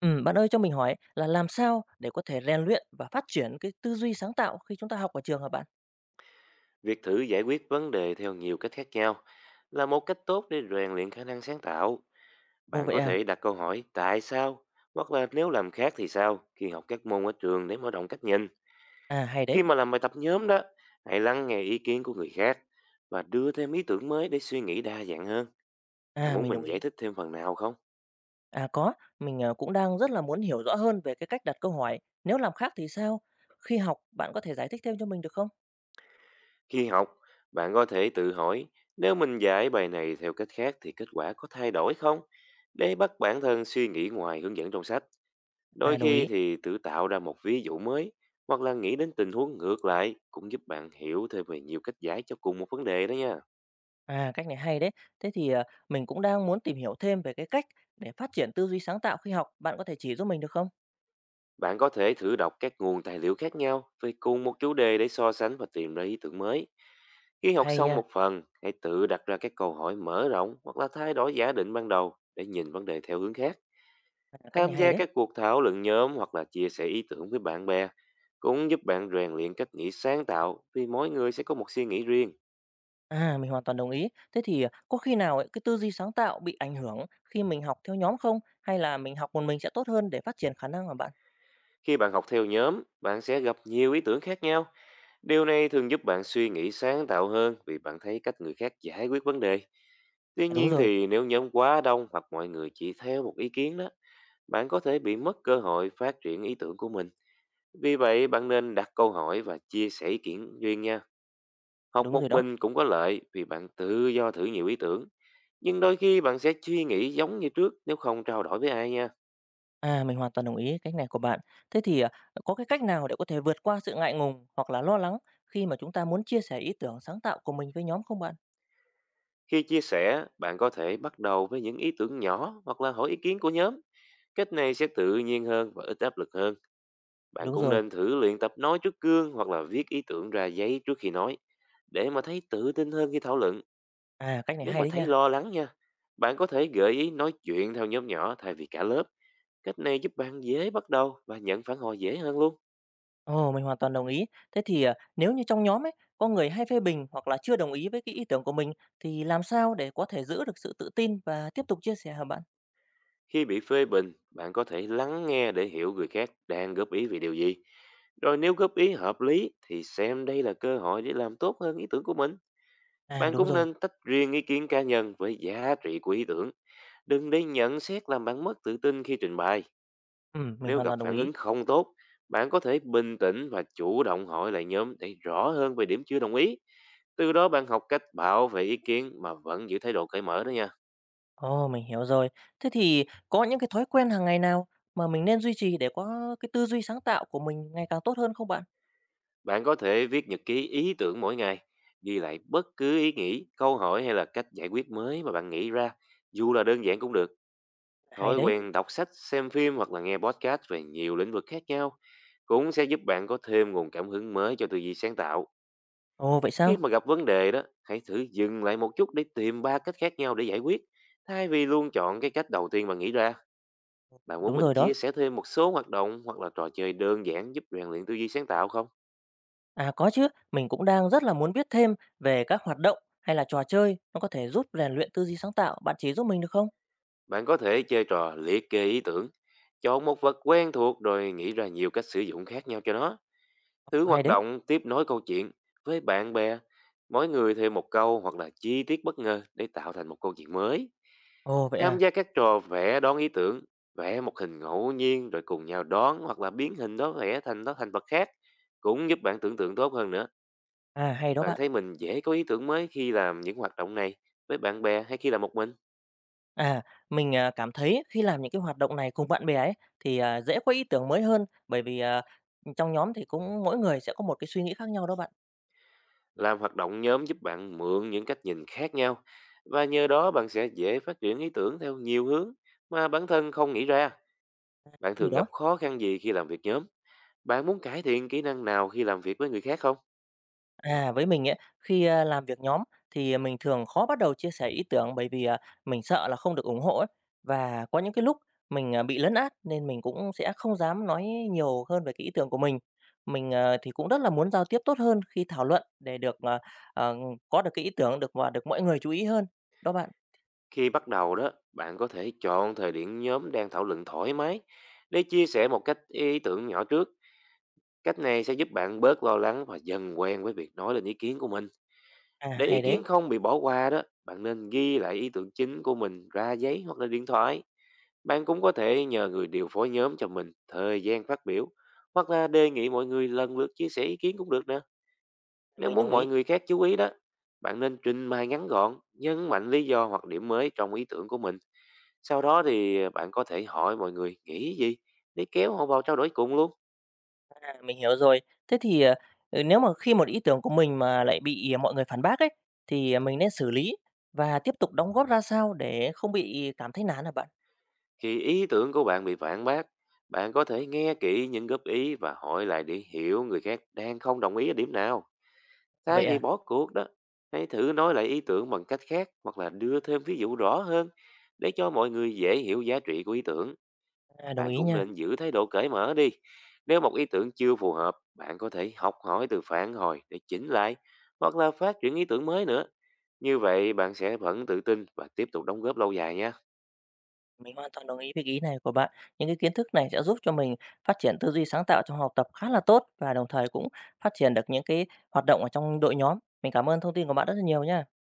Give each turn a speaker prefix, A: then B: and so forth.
A: Bạn ơi cho mình hỏi là làm sao để có thể rèn luyện và phát triển cái tư duy sáng tạo khi chúng ta học ở trường hả bạn?
B: Việc thử giải quyết vấn đề theo nhiều cách khác nhau là một cách tốt để rèn luyện khả năng sáng tạo.
A: Ồ
B: Bạn
A: vậy
B: có
A: à,
B: thể đặt câu hỏi tại sao hoặc là nếu làm khác thì sao khi học các môn ở trường để mở rộng cách nhìn.
A: à hay đấy,
B: Khi mà làm bài tập nhóm đó, hãy lắng nghe ý kiến của người khác và đưa thêm ý tưởng mới để suy nghĩ đa dạng hơn. Bạn
A: à
B: muốn
A: mình đồng
B: mình giải
A: ý.
B: thích thêm phần nào không?
A: À có, mình cũng đang rất là muốn hiểu rõ hơn về cái cách đặt câu hỏi. Nếu làm khác thì sao? Khi học bạn có thể giải thích thêm cho mình được không?
B: Khi học, bạn có thể tự hỏi nếu mình giải bài này theo cách khác thì kết quả có thay đổi không? Để bắt bản thân suy nghĩ ngoài hướng dẫn trong sách. Đôi
A: À đồng
B: khi
A: ý.
B: thì tự tạo ra một ví dụ mới hoặc là nghĩ đến tình huống ngược lại cũng giúp bạn hiểu thêm về nhiều cách giải cho cùng một vấn đề đó nha.
A: À cách này hay đấy. Thế thì mình cũng đang muốn tìm hiểu thêm về cái cách để phát triển tư duy sáng tạo khi học. Bạn có thể chỉ giúp mình được không?
B: Bạn có thể thử đọc các nguồn tài liệu khác nhau về cùng một chủ đề để so sánh và tìm ra ý tưởng mới. Khi học
A: Hay
B: xong
A: nha,
B: một phần, hãy tự đặt ra các câu hỏi mở rộng hoặc là thay đổi giả định ban đầu để nhìn vấn đề theo hướng khác.
A: à, cách này
B: Tham
A: hay
B: gia
A: đấy.
B: các cuộc thảo luận nhóm hoặc là chia sẻ ý tưởng với bạn bè cũng giúp bạn rèn luyện cách nghĩ sáng tạo, vì mỗi người sẽ có một suy nghĩ riêng.
A: À, mình hoàn toàn đồng ý. Thế thì, có khi nào ấy, cái tư duy sáng tạo bị ảnh hưởng khi mình học theo nhóm không? Hay là mình học một mình sẽ tốt hơn để phát triển khả năng mà bạn?
B: Khi bạn học theo nhóm, bạn sẽ gặp nhiều ý tưởng khác nhau. Điều này thường giúp bạn suy nghĩ sáng tạo hơn, vì bạn thấy cách người khác giải quyết vấn đề.
A: À,
B: Tuy nhiên thì nếu nhóm quá đông hoặc mọi người chỉ theo một ý kiến đó, bạn có thể bị mất cơ hội phát triển ý tưởng của mình. Vì vậy, bạn nên đặt câu hỏi và chia sẻ ý kiến riêng nha. Học
A: đúng rồi
B: một
A: đó.
B: mình cũng có lợi, vì bạn tự do thử nhiều ý tưởng. Nhưng đôi khi bạn sẽ suy nghĩ giống như trước nếu không trao đổi với ai nha.
A: À, mình hoàn toàn đồng ý cách này của bạn. Thế thì, có cái cách nào để có thể vượt qua sự ngại ngùng hoặc là lo lắng khi mà chúng ta muốn chia sẻ ý tưởng sáng tạo của mình với nhóm không bạn?
B: Khi chia sẻ, bạn có thể bắt đầu với những ý tưởng nhỏ hoặc là hỏi ý kiến của nhóm. Cách này sẽ tự nhiên hơn và ít áp lực hơn.
A: À,
B: Bạn
A: đúng
B: cũng
A: rồi.
B: nên thử luyện tập nói trước gương hoặc là viết ý tưởng ra giấy trước khi nói, để mà thấy tự tin hơn khi thảo luận.
A: À, cách này
B: Nếu
A: hay
B: mà
A: đấy
B: thấy
A: nha.
B: lo lắng nha, bạn có thể gợi ý nói chuyện theo nhóm nhỏ thay vì cả lớp. Cách này giúp bạn dễ bắt đầu và nhận phản hồi dễ hơn luôn.
A: Ồ, mình hoàn toàn đồng ý. Thế thì, nếu như trong nhóm ấy có người hay phê bình hoặc là chưa đồng ý với cái ý tưởng của mình thì làm sao để có thể giữ được sự tự tin và tiếp tục chia sẻ hả bạn?
B: Khi bị phê bình, bạn có thể lắng nghe để hiểu người khác đang góp ý về điều gì. Rồi nếu góp ý hợp lý thì xem đây là cơ hội để làm tốt hơn ý tưởng của mình.
A: À,
B: Bạn
A: đúng
B: cũng
A: rồi.
B: nên tách riêng ý kiến cá nhân với giá trị của ý tưởng. Đừng để nhận xét làm bạn mất tự tin khi trình bày.
A: Mình
B: Nếu
A: hoàn
B: gặp
A: toàn đồng
B: phản
A: ý.
B: ứng không tốt, bạn có thể bình tĩnh và chủ động hỏi lại nhóm để rõ hơn về điểm chưa đồng ý. Từ đó, bạn học cách bảo vệ ý kiến mà vẫn giữ thái độ cởi mở đó nha.
A: Ồ, mình hiểu rồi. Thế thì có những cái thói quen hàng ngày nào mà mình nên duy trì để có cái tư duy sáng tạo của mình ngày càng tốt hơn không bạn?
B: Bạn có thể viết nhật ký ý tưởng mỗi ngày, ghi lại bất cứ ý nghĩ, câu hỏi hay là cách giải quyết mới mà bạn nghĩ ra, dù là đơn giản cũng được.
A: Hay
B: Thói
A: đấy.
B: quen đọc sách, xem phim hoặc là nghe podcast về nhiều lĩnh vực khác nhau cũng sẽ giúp bạn có thêm nguồn cảm hứng mới cho tư duy sáng tạo.
A: Ồ, vậy
B: Khi
A: sao?
B: mà gặp vấn đề đó, hãy thử dừng lại một chút để tìm ba cách khác nhau để giải quyết, thay vì luôn chọn cái cách đầu tiên bạn nghĩ ra. Bạn muốn
A: Đúng
B: mình
A: rồi đó.
B: chia sẻ thêm một số hoạt động hoặc là trò chơi đơn giản giúp rèn luyện tư duy sáng tạo không?
A: À, có chứ. Mình cũng đang rất là muốn biết thêm về các hoạt động hay là trò chơi nó có thể giúp rèn luyện tư duy sáng tạo. Bạn chỉ giúp mình được không?
B: Bạn có thể chơi trò liệt kê ý tưởng, chọn một vật quen thuộc rồi nghĩ ra nhiều cách sử dụng khác nhau cho nó. Thứ
A: Ồ, hay
B: hoạt
A: đấy.
B: động tiếp nối câu chuyện với bạn bè, mỗi người thêm một câu hoặc là chi tiết bất ngờ để tạo thành một câu chuyện mới.
A: Ồ, vậy
B: Tham
A: à?
B: gia các trò vẽ đón ý tưởng, vẽ một hình ngẫu nhiên rồi cùng nhau đón hoặc là biến hình đó vẽ thành đó thành vật khác cũng giúp bạn tưởng tượng tốt hơn nữa.
A: À, hay đó
B: Bạn
A: bạn.
B: thấy mình dễ có ý tưởng mới khi làm những hoạt động này với bạn bè, hay khi làm một mình?
A: À, mình cảm thấy khi làm những cái hoạt động này cùng bạn bè ấy, thì dễ có ý tưởng mới hơn, bởi vì trong nhóm thì cũng mỗi người sẽ có một cái suy nghĩ khác nhau đó bạn.
B: Làm hoạt động nhóm giúp bạn mượn những cách nhìn khác nhau, và nhờ đó bạn sẽ dễ phát triển ý tưởng theo nhiều hướng mà bản thân không nghĩ ra. Bạn
A: Thì
B: thường
A: đó
B: gặp khó khăn gì khi làm việc nhóm? Bạn muốn cải thiện kỹ năng nào khi làm việc với người khác không?
A: à, với mình ấy, khi làm việc nhóm thì mình thường khó bắt đầu chia sẻ ý tưởng bởi vì mình sợ là không được ủng hộ ấy. Và có những cái lúc mình bị lấn át nên mình cũng sẽ không dám nói nhiều hơn về cái ý tưởng của mình. Mình thì cũng rất là muốn giao tiếp tốt hơn khi thảo luận để được, ờ, có được cái ý tưởng được và được mọi người chú ý hơn. Đó bạn.
B: Khi bắt đầu đó, bạn có thể chọn thời điểm nhóm đang thảo luận thoải mái để chia sẻ một cách ý tưởng nhỏ trước. Cách này sẽ giúp bạn bớt lo lắng và dần quen với việc nói lên ý kiến của mình.
A: À,
B: Để ý
A: hay đấy!
B: kiến không bị bỏ qua đó, bạn nên ghi lại ý tưởng chính của mình ra giấy hoặc là điện thoại. Bạn cũng có thể nhờ người điều phối nhóm cho mình thời gian phát biểu hoặc là đề nghị mọi người lần lượt chia sẻ ý kiến cũng được nè. Nếu
A: Mình đồng
B: muốn
A: ý,
B: mọi người khác chú ý đó, bạn nên trình bày ngắn gọn, nhấn mạnh lý do hoặc điểm mới trong ý tưởng của mình. Sau đó thì bạn có thể hỏi mọi người nghĩ gì để kéo họ vào trao đổi cùng luôn.
A: à, mình hiểu rồi. Thế thì, nếu mà khi một ý tưởng của mình mà lại bị mọi người phản bác ấy, thì mình nên xử lý và tiếp tục đóng góp ra sao để không bị cảm thấy nản hả bạn?
B: Khi ý tưởng của bạn bị phản bác, bạn có thể nghe kỹ những góp ý và hỏi lại để hiểu người khác đang không đồng ý ở điểm nào.
A: À,
B: Thay
A: vậy
B: vì
A: à?
B: bỏ cuộc đó, hãy thử nói lại ý tưởng bằng cách khác hoặc là đưa thêm ví dụ rõ hơn để cho mọi người dễ hiểu giá trị của ý tưởng.
A: À, đồng
B: Bạn
A: ý
B: cũng
A: nha.
B: nên giữ thái độ cởi mở đi. Nếu một ý tưởng chưa phù hợp, bạn có thể học hỏi từ phản hồi để chỉnh lại hoặc là phát triển ý tưởng mới nữa. Như vậy bạn sẽ vẫn tự tin và tiếp tục đóng góp lâu dài nha.
A: Mình hoàn toàn đồng ý với cái ý này của bạn. Những cái kiến thức này sẽ giúp cho mình phát triển tư duy sáng tạo trong học tập khá là tốt và đồng thời cũng phát triển được những cái hoạt động ở trong đội nhóm. Mình cảm ơn thông tin của bạn rất là nhiều nha.